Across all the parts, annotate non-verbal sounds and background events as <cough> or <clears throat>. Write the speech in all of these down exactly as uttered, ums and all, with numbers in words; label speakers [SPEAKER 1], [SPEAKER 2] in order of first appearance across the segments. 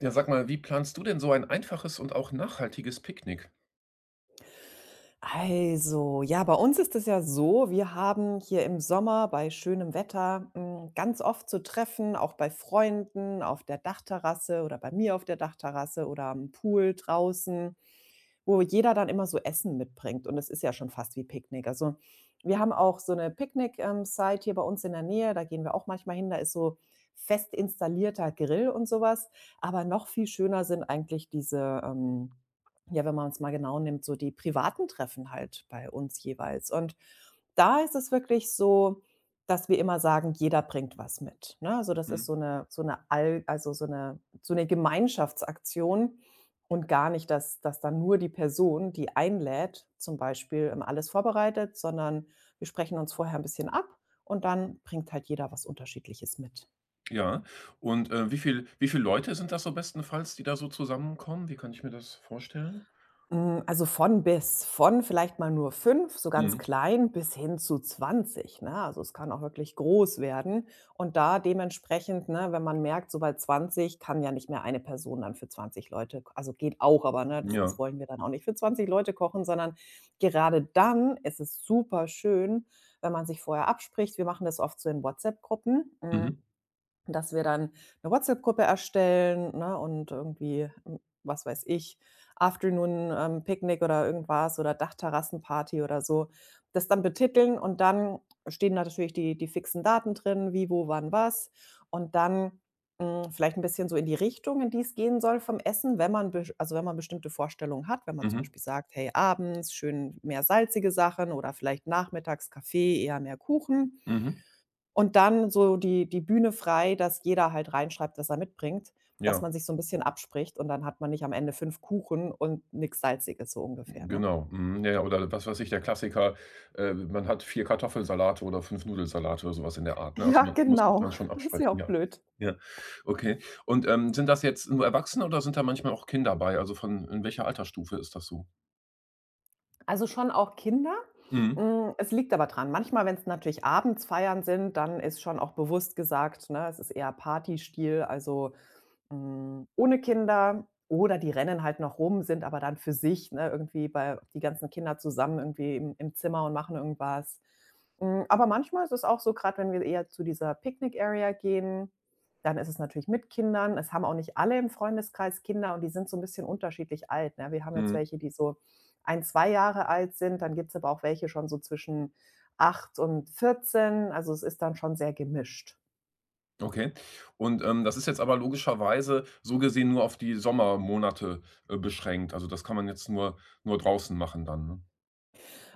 [SPEAKER 1] Ja, sag mal, wie planst du denn so ein einfaches und auch nachhaltiges Picknick?
[SPEAKER 2] Also, ja, bei uns ist es ja so, wir haben hier im Sommer bei schönem Wetter hm, ganz oft zu Treffen, auch bei Freunden auf der Dachterrasse oder bei mir auf der Dachterrasse oder am Pool draußen, wo jeder dann immer so Essen mitbringt und es ist ja schon fast wie Picknick. Also, wir haben auch so eine Picknick ähm, Site hier bei uns in der Nähe, da gehen wir auch manchmal hin, da ist so fest installierter Grill und sowas. Aber noch viel schöner sind eigentlich diese, ähm ja, wenn man es mal genau nimmt, so die privaten Treffen halt bei uns jeweils. Und da ist es wirklich so, dass wir immer sagen, jeder bringt was mit, ne? Also, das ist
[SPEAKER 1] Mhm.
[SPEAKER 2] so eine so eine all also, so eine so eine Gemeinschaftsaktion und gar nicht, dass dass dann nur die Person, die einlädt, zum Beispiel immer alles vorbereitet, sondern wir sprechen uns vorher ein bisschen ab und dann bringt halt jeder was Unterschiedliches mit.
[SPEAKER 1] Ja, und, äh, wie viel wie viel Leute sind das so bestenfalls, die da so zusammenkommen? Wie kann ich mir das vorstellen?
[SPEAKER 2] Hm, also von bis. Von vielleicht mal nur fünf so ganz
[SPEAKER 1] Mhm.
[SPEAKER 2] klein, bis hin zu zwanzig, ne? Also, es kann auch wirklich groß werden und da dementsprechend, ne, wenn man merkt, so bei zwanzig kann ja nicht mehr eine Person dann für zwanzig Leute k also, geht auch, aber, ne, das das
[SPEAKER 1] Ja.
[SPEAKER 2] wollen wir dann auch nicht für zwanzig Leute kochen, sondern gerade dann ist es super schön, wenn man sich vorher abspricht. Wir machen das oft so in WhatsApp-Gruppen, hm,
[SPEAKER 1] Mhm.
[SPEAKER 2] dass wir dann eine WhatsApp-Gruppe erstellen, ne, und irgendwie, hm, was weiß ich, Afternoon, ähm, Picknick oder irgendwas oder Dachterrassenparty oder so, das dann betiteln und dann stehen da natürlich die die fixen Daten drin, wie, wo, wann, was und dann, hm, vielleicht ein bisschen so in die Richtung, in die es gehen soll vom Essen, wenn man besch also, wenn man bestimmte Vorstellungen hat, wenn man zum
[SPEAKER 1] Mhm.
[SPEAKER 2] Beispiel sagt: „Hey, abends schön mehr salzige Sachen“ oder vielleicht nachmittags Kaffee, eher mehr Kuchen.
[SPEAKER 1] Mhm.
[SPEAKER 2] Und dann so die die Bühne frei, dass jeder halt reinschreibt, was er mitbringt, dass
[SPEAKER 1] Ja,
[SPEAKER 2] man sich so 'n bisschen abspricht und dann hat man nicht am Ende fünf Kuchen und nix Salziges so ungefähr, ne?
[SPEAKER 1] genau. Mhm. Ja, ja, oder was weiß ich, der Klassiker, äh, man hat vier Kartoffelsalate oder fünf Nudelsalate oder sowas in der Art, ne? Also,
[SPEAKER 2] Ja,
[SPEAKER 1] man muss sich
[SPEAKER 2] genau.
[SPEAKER 1] dann schon
[SPEAKER 2] <laughs> Ist ja
[SPEAKER 1] absprechen,
[SPEAKER 2] auch
[SPEAKER 1] ja.
[SPEAKER 2] blöd.
[SPEAKER 1] Ja, okay. Und, ähm, sind das jetzt nur Erwachsene oder sind da manchmal auch Kinder bei? Also, von in welcher Altersstufe ist das so?
[SPEAKER 2] Also, schon auch Kinder.
[SPEAKER 1] Mhm.
[SPEAKER 2] Hm, es liegt aber dran. Manchmal, wenn's natürlich abends Feiern sind, dann ist schon auch bewusst gesagt, ne, es ist eher Partystil, also Hm, ohne Kinder oder die rennen halt noch rum, sind aber dann für sich, ne, irgendwie bei die ganzen Kinder zusammen irgendwie im im Zimmer und machen irgendwas. Hm, aber manchmal ist es auch so, gerade wenn wir eher zu dieser Picnic Area gehen, dann ist es natürlich mit Kindern. Es haben auch nicht alle im Freundeskreis Kinder und die sind so ein bisschen unterschiedlich alt, ne? Wir haben jetzt
[SPEAKER 1] Mhm.
[SPEAKER 2] welche, die so ein zwei Jahre alt sind, dann gibt's aber auch welche schon so zwischen acht und vierzehn. Also, es ist dann schon sehr gemischt.
[SPEAKER 1] Okay. Und, ähm, das ist jetzt aber logischerweise so gesehen nur auf die Sommermonate, äh, beschränkt. Also, das kann man jetzt nur nur draußen machen dann, ne?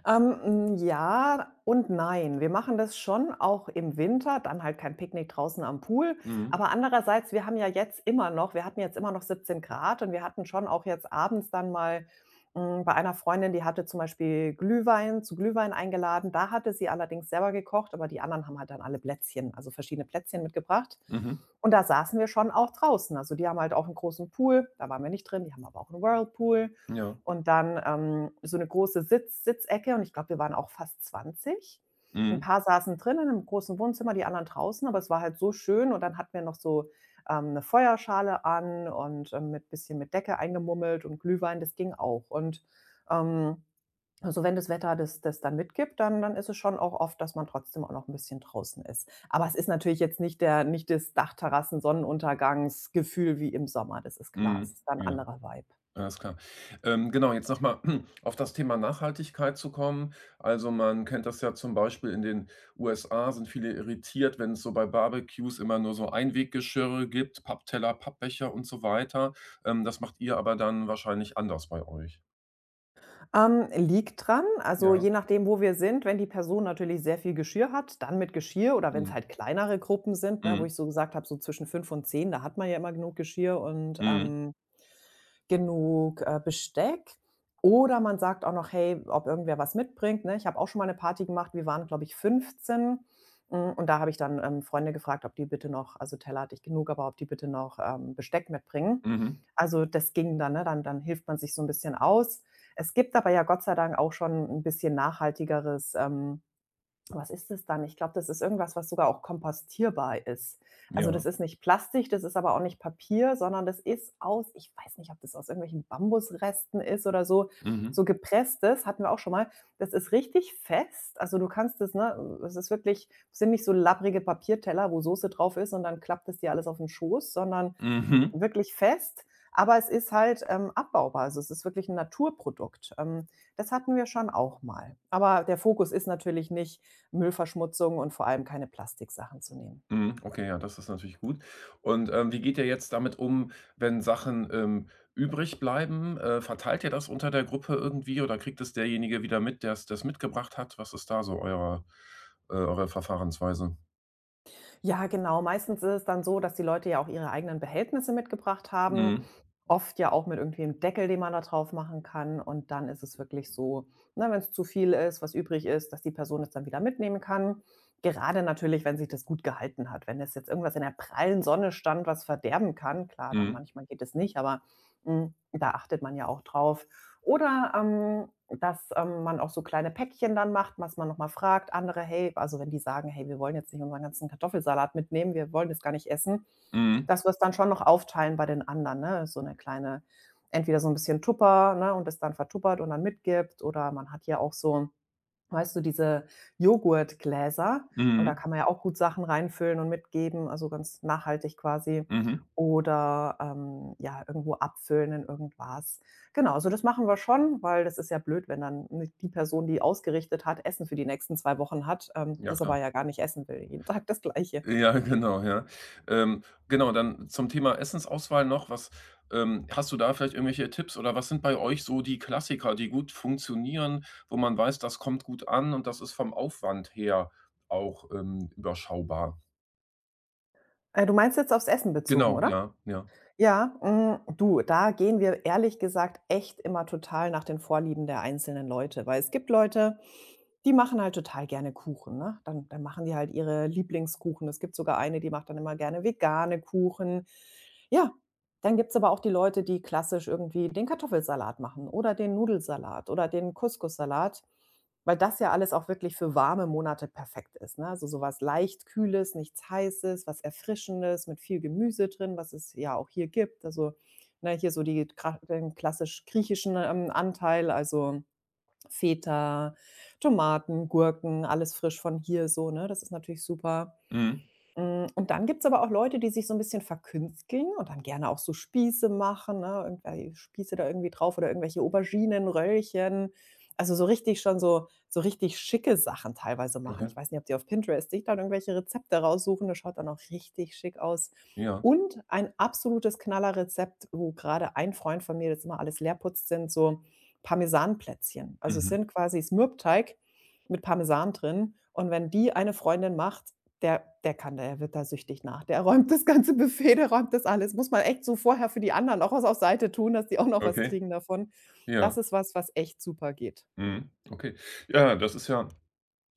[SPEAKER 2] Ähm, mm, ja und nein. Wir machen das schon auch im Winter, dann halt kein Picknick draußen am Pool.
[SPEAKER 1] Mhm.
[SPEAKER 2] Aber andererseits, wir haben ja jetzt immer noch wir hatten jetzt immer noch siebzehn Grad und wir hatten schon auch jetzt abends dann mal hm, bei einer Freundin, die hatte zum Beispiel Glühwein zu Glühwein eingeladen. Da hatte sie allerdings selber gekocht, aber die anderen haben halt dann alle Plätzchen also verschiedene Plätzchen mitgebracht.
[SPEAKER 1] Mhm.
[SPEAKER 2] Und da saßen wir schon auch draußen. Also, die haben halt auch einen großen Pool, da waren wir nicht drin, die haben aber auch 'n Whirlpool.
[SPEAKER 1] Ja.
[SPEAKER 2] Und dann ähm, so eine große Sitz Sitzecke und ich glaube, wir waren auch fast zwanzig, ein
[SPEAKER 1] Mhm.
[SPEAKER 2] paar saßen drinnen im großen Wohnzimmer, die anderen draußen, aber es war halt so schön und dann hatten wir noch so, ähm, 'ne Feuerschale an und, ähm, mit bisschen mit Decke eingemummelt und Glühwein, das ging auch. Und, ähm, also, wenn das Wetter das das dann mitgibt, dann dann ist es schon auch oft, dass man trotzdem auch noch ein bisschen draußen ist. Aber es ist natürlich jetzt nicht der nicht das Dachterrassen-Sonnenuntergangsgefühl wie im Sommer, das ist klar. Es
[SPEAKER 1] Mhm.
[SPEAKER 2] ist dann 'n
[SPEAKER 1] Ja,
[SPEAKER 2] anderer Vibe.
[SPEAKER 1] alles klar. Ähm, genau, jetzt nochmal <clears throat> auf das Thema Nachhaltigkeit zu kommen. Also, man kennt das ja zum Beispiel in den U S A sind viele irritiert, wenn es so bei Barbecues immer nur so Einweggeschirre gibt, Pappteller, Pappbecher und so weiter. Ähm, das macht ihr aber dann wahrscheinlich anders bei euch.
[SPEAKER 2] Ähm, liegt dran, also
[SPEAKER 1] Ja.
[SPEAKER 2] je nachdem, wo wir sind, wenn die Person natürlich sehr viel Geschirr hat, dann mit Geschirr oder wenn es
[SPEAKER 1] Mhm.
[SPEAKER 2] halt kleinere Gruppen sind, ne, wo
[SPEAKER 1] Mhm.
[SPEAKER 2] ich so gesagt habe, so zwischen fünf und zehn, da hat man ja immer genug Geschirr und,
[SPEAKER 1] Mhm.
[SPEAKER 2] ähm, genug, äh, Besteck. Oder man sagt auch noch: „Hey, ob irgendwer was mitbringt“, ne? Ich habe auch schon mal eine Party gemacht, wir waren, glaube ich, fünfzehn hm, und da habe ich dann, ähm, Freunde gefragt, ob die bitte noch also, Teller hatte ich genug, aber ob die bitte noch, ähm, Besteck mitbringen.
[SPEAKER 1] Mhm.
[SPEAKER 2] Also, das ging dann, ne? Dann dann hilft man sich so ein bisschen aus. Es gibt aber ja Gott sei Dank auch schon ein bisschen nachhaltigeres, ähm, was ist das dann? Ich glaube, das ist irgendwas, was sogar auch kompostierbar ist. Also,
[SPEAKER 1] Ja.
[SPEAKER 2] das ist nicht Plastik, das ist aber auch nicht Papier, sondern das ist aus, ich weiß nicht, ob das aus irgendwelchen Bambusresten ist oder so,
[SPEAKER 1] Mhm.
[SPEAKER 2] so gepresstes, hatten wir auch schon mal. Das ist richtig fest. Also, du kannst das, ne, es ist wirklich, es sind nicht so labbrige Papierteller, wo Soße drauf ist und dann klappt es dir alles auf den Schoß, sondern
[SPEAKER 1] Mhm.
[SPEAKER 2] wirklich fest, aber es ist halt, ähm, abbaubar. Also, es ist wirklich ein Naturprodukt. Ähm, das hatten wir schon auch mal. Aber der Fokus ist natürlich nicht Müllverschmutzung und vor allem keine Plastiksachen zu nehmen.
[SPEAKER 1] Mhm. Okay, ja, das ist natürlich gut. Und, ähm, wie geht ihr jetzt damit um, wenn Sachen, ähm, übrig bleiben? Äh, verteilt ihr das unter der Gruppe irgendwie oder kriegt es derjenige wieder mit, der's das mitgebracht hat? Was ist da so euer äh, eure Verfahrensweise?
[SPEAKER 2] Ja, genau. Meistens ist es dann so, dass die Leute ja auch ihre eigenen Behältnisse mitgebracht haben,
[SPEAKER 1] Mhm.
[SPEAKER 2] oft ja auch mit irgendwie einem Deckel, den man da drauf machen kann. Und dann ist es wirklich so, ne, wenn es zu viel ist, was übrig ist, dass die Person es dann wieder mitnehmen kann. Gerade natürlich, wenn sich das gut gehalten hat. Wenn es jetzt irgendwas in der prallen Sonne stand, was verderben kann, klar, dann
[SPEAKER 1] Mhm.
[SPEAKER 2] manchmal geht es nicht, aber Hm, da achtet man ja auch drauf. Oder, ähm, dass, ähm, man auch so kleine Päckchen dann macht, dass man noch mal fragt andere: „Hey“, also, wenn die sagen: „Hey, wir wollen jetzt nicht unseren ganzen Kartoffelsalat mitnehmen, wir wollen das gar nicht essen“,
[SPEAKER 1] Mhm.
[SPEAKER 2] dass wir es dann schon noch aufteilen bei den anderen, ne? So eine kleine, entweder so ein bisschen Tupper, ne, und es dann vertuppert und dann mitgibt, oder man hat ja auch so, weißt du, diese Joghurtgläser, und da
[SPEAKER 1] Mhm.
[SPEAKER 2] kann man ja auch gut Sachen reinfüllen und mitgeben, also ganz nachhaltig quasi,
[SPEAKER 1] Mhm.
[SPEAKER 2] oder, ähm, ja, irgendwo abfüllen in irgendwas. Genau, also das machen wir schon, weil das ist ja blöd, wenn dann ni die Person, die ausgerichtet hat, Essen für die nächsten zwei Wochen hat, ähm,
[SPEAKER 1] Ja,
[SPEAKER 2] das
[SPEAKER 1] klar.
[SPEAKER 2] aber ja gar nicht essen will, jeden Tag das Gleiche.
[SPEAKER 1] Ja, <laughs> genau, ja. Ähm, genau, dann zum Thema Essensauswahl noch, was ähm, hast du da vielleicht irgendwelche Tipps oder was sind bei euch so die Klassiker, die gut funktionieren, wo man weiß, das kommt gut an und das ist vom Aufwand her auch, ähm, überschaubar?
[SPEAKER 2] Äh, du meinst jetzt aufs Essen bezogen,
[SPEAKER 1] Genau,
[SPEAKER 2] oder?
[SPEAKER 1] ja, ja.
[SPEAKER 2] Ja, hm, du, da gehen wir ehrlich gesagt echt immer total nach den Vorlieben der einzelnen Leute, weil es gibt Leute, die machen halt total gerne Kuchen, ne? Dann dann machen die halt ihre Lieblingskuchen. Es gibt sogar eine, die macht dann immer gerne vegane Kuchen. Ja, dann gibt's aber auch die Leute, die klassisch irgendwie den Kartoffelsalat machen oder den Nudelsalat oder den Couscoussalat, weil das ja alles auch wirklich für warme Monate perfekt ist, ne? Also, sowas leicht Kühles, nichts Heißes, was Erfrischendes mit viel Gemüse drin, was es ja auch hier gibt. Also, ne, hier so die kra den klassisch griechischen, ähm, Anteil, also Feta, Tomaten, Gurken, alles frisch von hier so, ne? Das ist natürlich super.
[SPEAKER 1] Mhm.
[SPEAKER 2] Hm, und dann gibt's aber auch Leute, die sich so ein bisschen verkünsteln und dann gerne auch so Spieße machen, ne? Irgendwelche Spieße da irgendwie drauf oder irgendwelche Auberginen, Röllchen. Also, so richtig schon so so richtig schicke Sachen teilweise machen.
[SPEAKER 1] Okay.
[SPEAKER 2] Ich weiß nicht, ob die auf Pinterest sich dann irgendwelche Rezepte raussuchen, das schaut dann auch richtig schick aus.
[SPEAKER 1] Ja.
[SPEAKER 2] Und ein absolutes Knallerrezept, wo gerade ein Freund von mir das immer alles leerputzt, sind so Parmesanplätzchen. Also, es
[SPEAKER 1] Mhm.
[SPEAKER 2] sind quasi ist mit Parmesan drin und wenn die eine Freundin macht, der der kann da der wird da süchtig nach. Der räumt das ganze Buffet, der räumt das alles. Muss man echt so vorher für die anderen auch was auf Seite tun, dass die auch noch was
[SPEAKER 1] Okay.
[SPEAKER 2] kriegen davon.
[SPEAKER 1] Ja.
[SPEAKER 2] Das ist was, was echt super geht.
[SPEAKER 1] Mhm. Okay. Ja, das ist ja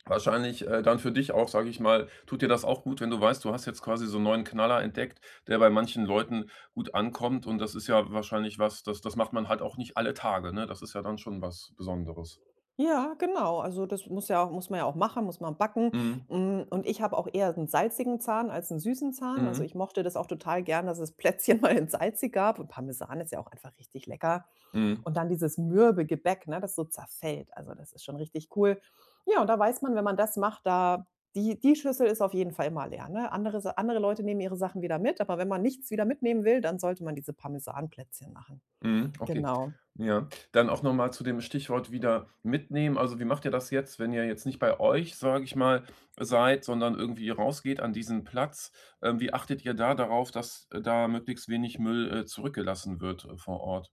[SPEAKER 1] wahrscheinlich, äh, dann für dich auch, sage ich mal, tut dir das auch gut, wenn du weißt, du hast jetzt quasi so einen neuen Knaller entdeckt, der bei manchen Leuten gut ankommt und das ist ja wahrscheinlich was, das das macht man halt auch nicht alle Tage, ne? Das ist ja dann schon was Besonderes.
[SPEAKER 2] Ja, genau. Also das muss ja auch, muss man ja auch machen, muss man backen.
[SPEAKER 1] Mhm.
[SPEAKER 2] Hm, und ich habe auch eher einen salzigen Zahn als einen süßen Zahn. Also,
[SPEAKER 1] Mhm.
[SPEAKER 2] ich mochte das auch total gern, dass es Plätzchen <laughs> mal in salzig gab, und Parmesan ist ja auch einfach richtig lecker.
[SPEAKER 1] Mhm.
[SPEAKER 2] Und dann dieses mürbe Gebäck, ne, das so zerfällt. Also, das ist schon richtig cool. Ja, und da weiß man, wenn man das macht, da die die Schüssel ist auf jeden Fall immer leer, ne? Andere Sa andere Leute nehmen ihre Sachen wieder mit, aber wenn man nichts wieder mitnehmen will, dann sollte man diese Parmesanplätzchen machen.
[SPEAKER 1] Mhm. Okay.
[SPEAKER 2] Genau.
[SPEAKER 1] Ja. Dann auch noch mal zu dem Stichwort wieder mitnehmen. Also, wie macht ihr das jetzt, wenn ihr jetzt nicht bei euch, sage ich mal, seid, sondern irgendwie rausgeht an diesen Platz? Ähm, wie achtet ihr da darauf, dass äh, da möglichst wenig Müll, äh, zurückgelassen wird, äh, vor Ort?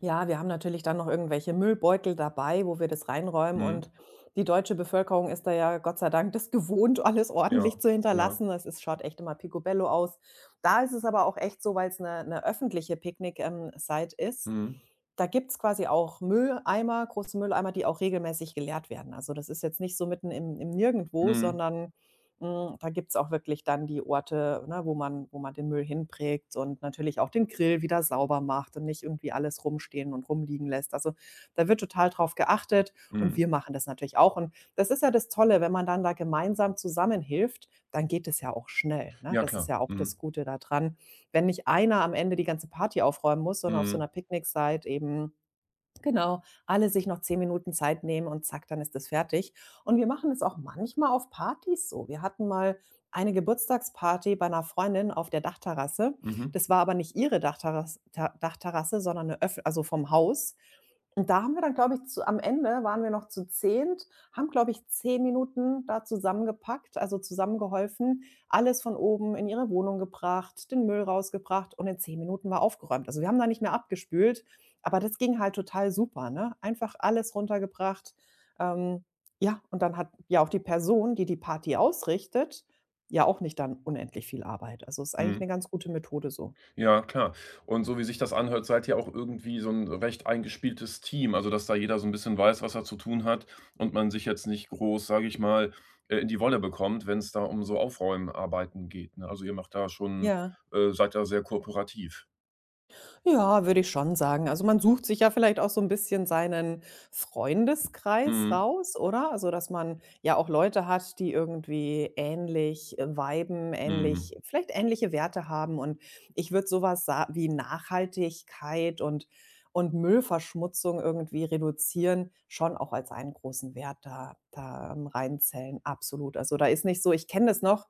[SPEAKER 2] Ja, wir haben natürlich dann noch irgendwelche Müllbeutel dabei, wo wir das reinräumen,
[SPEAKER 1] Mhm.
[SPEAKER 2] und die deutsche Bevölkerung ist da ja Gott sei Dank das <laughs> gewohnt, alles
[SPEAKER 1] Ja,
[SPEAKER 2] ordentlich zu
[SPEAKER 1] ja.
[SPEAKER 2] hinterlassen. Das ist schaut echt immer picobello aus. Da ist es aber auch echt so, weil es eine öffentliche Picknick ähm, Site ist,
[SPEAKER 1] Mhm.
[SPEAKER 2] da gibt's quasi auch Mülleimer, große Mülleimer, die auch regelmäßig geleert werden. Also, das ist jetzt nicht so mitten im im Nirgendwo,
[SPEAKER 1] Mhm.
[SPEAKER 2] sondern hm, da gibt's auch wirklich dann die Orte, ne, wo man wo man den Müll hinprägt und natürlich auch den Grill wieder sauber macht und nicht irgendwie alles rumstehen und rumliegen lässt. Also, da wird total drauf geachtet, und
[SPEAKER 1] Mhm.
[SPEAKER 2] wir machen das natürlich auch. Und das ist ja das Tolle, wenn man dann da gemeinsam zusammenhilft, dann geht es ja auch schnell, ne?
[SPEAKER 1] Ja,
[SPEAKER 2] Das ist
[SPEAKER 1] klar.
[SPEAKER 2] ja auch
[SPEAKER 1] Mhm.
[SPEAKER 2] das Gute daran. Wenn nicht einer am Ende die ganze Party aufräumen muss, sondern auf so
[SPEAKER 1] Mhm.
[SPEAKER 2] einer Picknick-Site eben. Genau, alle sich noch zehn Minuten Zeit nehmen, und zack, dann ist es fertig. Und wir machen es auch manchmal auf Partys so. Wir hatten mal eine Geburtstagsparty bei einer Freundin auf der Dachterrasse.
[SPEAKER 1] Mhm.
[SPEAKER 2] Das war aber nicht ihre Dachterras Ta Dachterrasse, sondern eine öff also vom Haus. Und da haben wir dann, glaube ich, zu am Ende waren wir noch zu zehnt., haben, glaube ich, zehn Minuten da zusammengepackt, also zusammengeholfen, alles von oben in ihre Wohnung gebracht, den Müll rausgebracht, und in zehn Minuten war aufgeräumt. Also, wir haben da nicht mehr abgespült, aber das ging halt total super, ne? Einfach alles runtergebracht. Ähm, ja, und dann hat ja auch die Person, die die Party ausrichtet, ja auch nicht dann unendlich viel Arbeit. Also, ist eigentlich
[SPEAKER 1] Mhm.
[SPEAKER 2] eine ganz gute Methode so.
[SPEAKER 1] Ja, klar. Und so wie sich das anhört, seid ihr auch irgendwie so 'n recht eingespieltes Team, also, dass da jeder so 'n bisschen weiß, was er zu tun hat und man sich jetzt nicht groß, sage ich mal, äh, in die Wolle bekommt, wenn's da um so Aufräumarbeiten geht, ne? Also, ihr macht da schon
[SPEAKER 2] Ja.
[SPEAKER 1] äh, seid da sehr kooperativ.
[SPEAKER 2] Ja, würde ich schon sagen. Also, man sucht sich ja vielleicht auch so ein bisschen seinen Freundeskreis
[SPEAKER 1] Mhm.
[SPEAKER 2] raus, oder? Also, dass man ja auch Leute hat, die irgendwie ähnlich, äh, viben,
[SPEAKER 1] Mhm.
[SPEAKER 2] ähnlich, vielleicht ähnliche Werte haben, und ich würde sowas sa wie Nachhaltigkeit und und Müllverschmutzung irgendwie reduzieren schon auch als einen großen Wert da da, ähm, reinzählen, absolut. Also, da ist nicht so, ich kenne das noch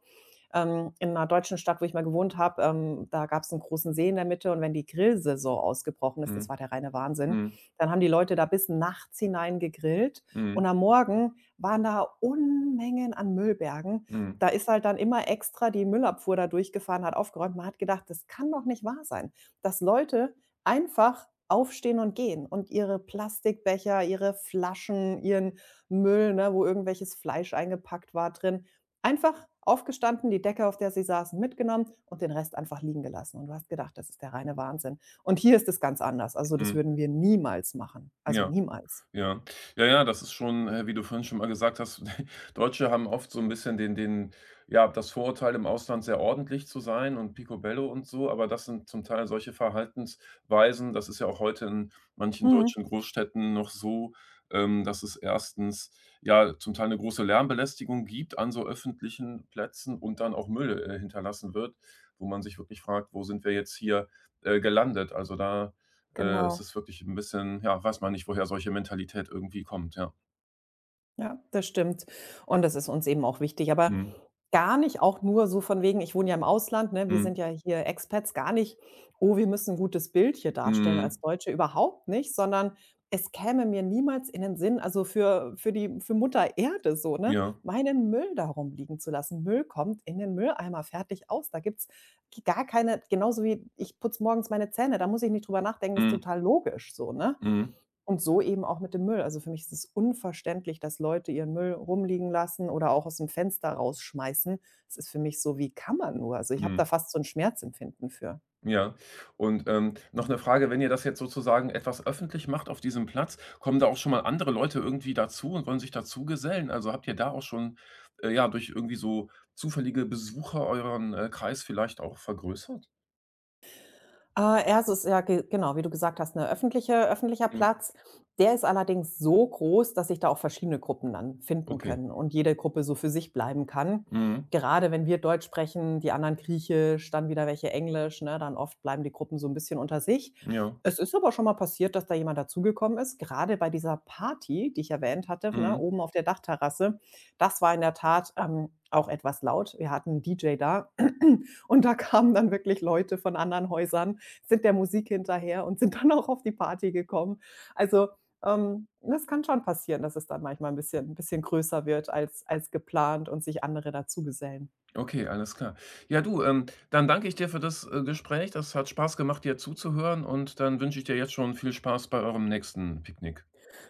[SPEAKER 2] ähm, in einer deutschen Stadt, wo ich mal gewohnt habe, ähm, da gab es einen großen See in der Mitte, und wenn die Grillsaison ausgebrochen ist, das
[SPEAKER 1] Mhm.
[SPEAKER 2] war der reine Wahnsinn,
[SPEAKER 1] Mhm.
[SPEAKER 2] dann haben die Leute da bis nachts hinein gegrillt,
[SPEAKER 1] Mhm.
[SPEAKER 2] und am Morgen waren da Unmengen an Müllbergen.
[SPEAKER 1] Mhm.
[SPEAKER 2] Da ist halt dann immer extra die Müllabfuhr da durchgefahren, hat aufgeräumt. Man hat gedacht: „Das kann doch nicht wahr sein, dass Leute einfach aufstehen und gehen und ihre Plastikbecher, ihre Flaschen, ihren Müll, ne, wo irgendwelches Fleisch eingepackt war, drin. Einfach aufgestanden, die Decke, auf der sie saßen, mitgenommen und den Rest einfach liegen gelassen.“ Und du hast gedacht, das ist der reine Wahnsinn. Und hier ist es ganz anders. Also, das
[SPEAKER 1] Mhm.
[SPEAKER 2] würden wir niemals machen. Also,
[SPEAKER 1] Ja.
[SPEAKER 2] niemals.
[SPEAKER 1] Ja. Ja, ja, das ist schon, äh, wie du vorhin schon mal gesagt hast, <laughs> Deutsche haben oft so ein bisschen den den ja, das Vorurteil, im Ausland sehr ordentlich zu sein und picobello und so, aber das sind zum Teil solche Verhaltensweisen, das ist ja auch heute in manchen
[SPEAKER 2] Mhm,
[SPEAKER 1] deutschen Großstädten noch so, ähm, dass es erstens ja, zum Teil eine große Lärmbelästigung gibt an so öffentlichen Plätzen und dann auch Müll, äh, hinterlassen wird, wo man sich wirklich fragt: „Wo sind wir jetzt hier, äh, gelandet?“ Also, da äh, es
[SPEAKER 2] genau.
[SPEAKER 1] ist wirklich ein bisschen ja, weiß man nicht, woher solche Mentalität irgendwie kommt, ja.
[SPEAKER 2] Ja, das stimmt. Und das ist uns eben auch wichtig, aber
[SPEAKER 1] Mhm.
[SPEAKER 2] gar nicht auch nur so von wegen, ich wohne ja im Ausland, ne? Wir
[SPEAKER 1] Mhm.
[SPEAKER 2] sind ja hier Expats, gar nicht: „Oh, wir müssen ein gutes Bild hier darstellen
[SPEAKER 1] Mhm.
[SPEAKER 2] als Deutsche“, überhaupt nicht, sondern es käme mir niemals in den Sinn, also für für die für Mutter Erde so, ne,
[SPEAKER 1] Ja.
[SPEAKER 2] meinen Müll darum liegen zu lassen. Müll kommt in den Mülleimer, fertig, aus. Da gibt's g gar keine, genauso wie ich putze morgens meine Zähne, da muss ich nicht drüber nachdenken, das ist
[SPEAKER 1] Mhm.
[SPEAKER 2] total logisch so, ne?
[SPEAKER 1] Mhm.
[SPEAKER 2] Und so eben auch mit dem Müll. Also, für mich ist es unverständlich, dass Leute ihren Müll rumliegen lassen oder auch aus dem Fenster rausschmeißen. Das ist für mich so: Wie kann man nur? Also, ich habe
[SPEAKER 1] Mhm.
[SPEAKER 2] da fast so ein Schmerzempfinden für.
[SPEAKER 1] Ja. Und, ähm, noch eine Frage, wenn ihr das jetzt sozusagen etwas öffentlich macht auf diesem Platz, kommen da auch schon mal andere Leute irgendwie dazu und wollen sich dazu gesellen? Also, habt ihr da auch schon, äh, ja, durch irgendwie so zufällige Besucher euren, äh, Kreis vielleicht auch vergrößert?
[SPEAKER 2] Äh, ja, es ist ja ge genau, wie du gesagt hast, 'ne öffentliche öffentlicher
[SPEAKER 1] Mhm.
[SPEAKER 2] Platz. Der ist allerdings so groß, dass sich da auch verschiedene Gruppen dann finden
[SPEAKER 1] Okay.
[SPEAKER 2] können und jede Gruppe so für sich bleiben kann.
[SPEAKER 1] Mhm.
[SPEAKER 2] Gerade wenn wir Deutsch sprechen, die anderen Griechisch, dann wieder welche Englisch, ne? Dann oft bleiben die Gruppen so 'n bisschen unter sich.
[SPEAKER 1] Ja.
[SPEAKER 2] Es ist aber schon mal passiert, dass da jemand dazugekommen ist. Gerade bei dieser Party, die ich erwähnt hatte, ne,
[SPEAKER 1] Mhm.
[SPEAKER 2] oben auf der Dachterrasse, das war in der Tat, ähm, auch etwas laut. Wir hatten 'n D J da <clears throat> und da kamen dann wirklich Leute von anderen Häusern, sind der Musik hinterher und sind dann auch auf die Party gekommen. Also, ähm, das kann schon passieren, dass es dann manchmal ein bisschen ein bisschen größer wird als als geplant, und sich andere dazugesellen.
[SPEAKER 1] Okay, alles klar. Ja, du, ähm, dann danke ich dir für das, äh, Gespräch. Das hat Spaß gemacht, dir zuzuhören und dann wünsche ich dir jetzt schon viel Spaß bei eurem nächsten Picknick.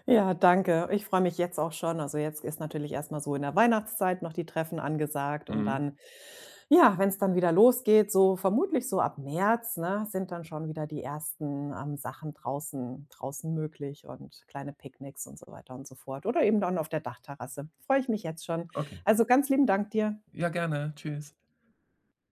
[SPEAKER 2] Ja, danke. Ich freue mich jetzt auch schon. Also, jetzt ist natürlich erstmal so in der Weihnachtszeit noch die Treffen angesagt, und
[SPEAKER 1] Mhm.
[SPEAKER 2] dann, ja, wenn es dann wieder losgeht, so vermutlich so ab März, ne, sind dann schon wieder die ersten, ähm, Sachen draußen draußen möglich und kleine Picknicks und so weiter und so fort oder eben dann auf der Dachterrasse. Freue ich mich jetzt schon.
[SPEAKER 1] Okay.
[SPEAKER 2] Also, ganz lieben Dank dir.
[SPEAKER 1] Ja, gerne. Tschüss.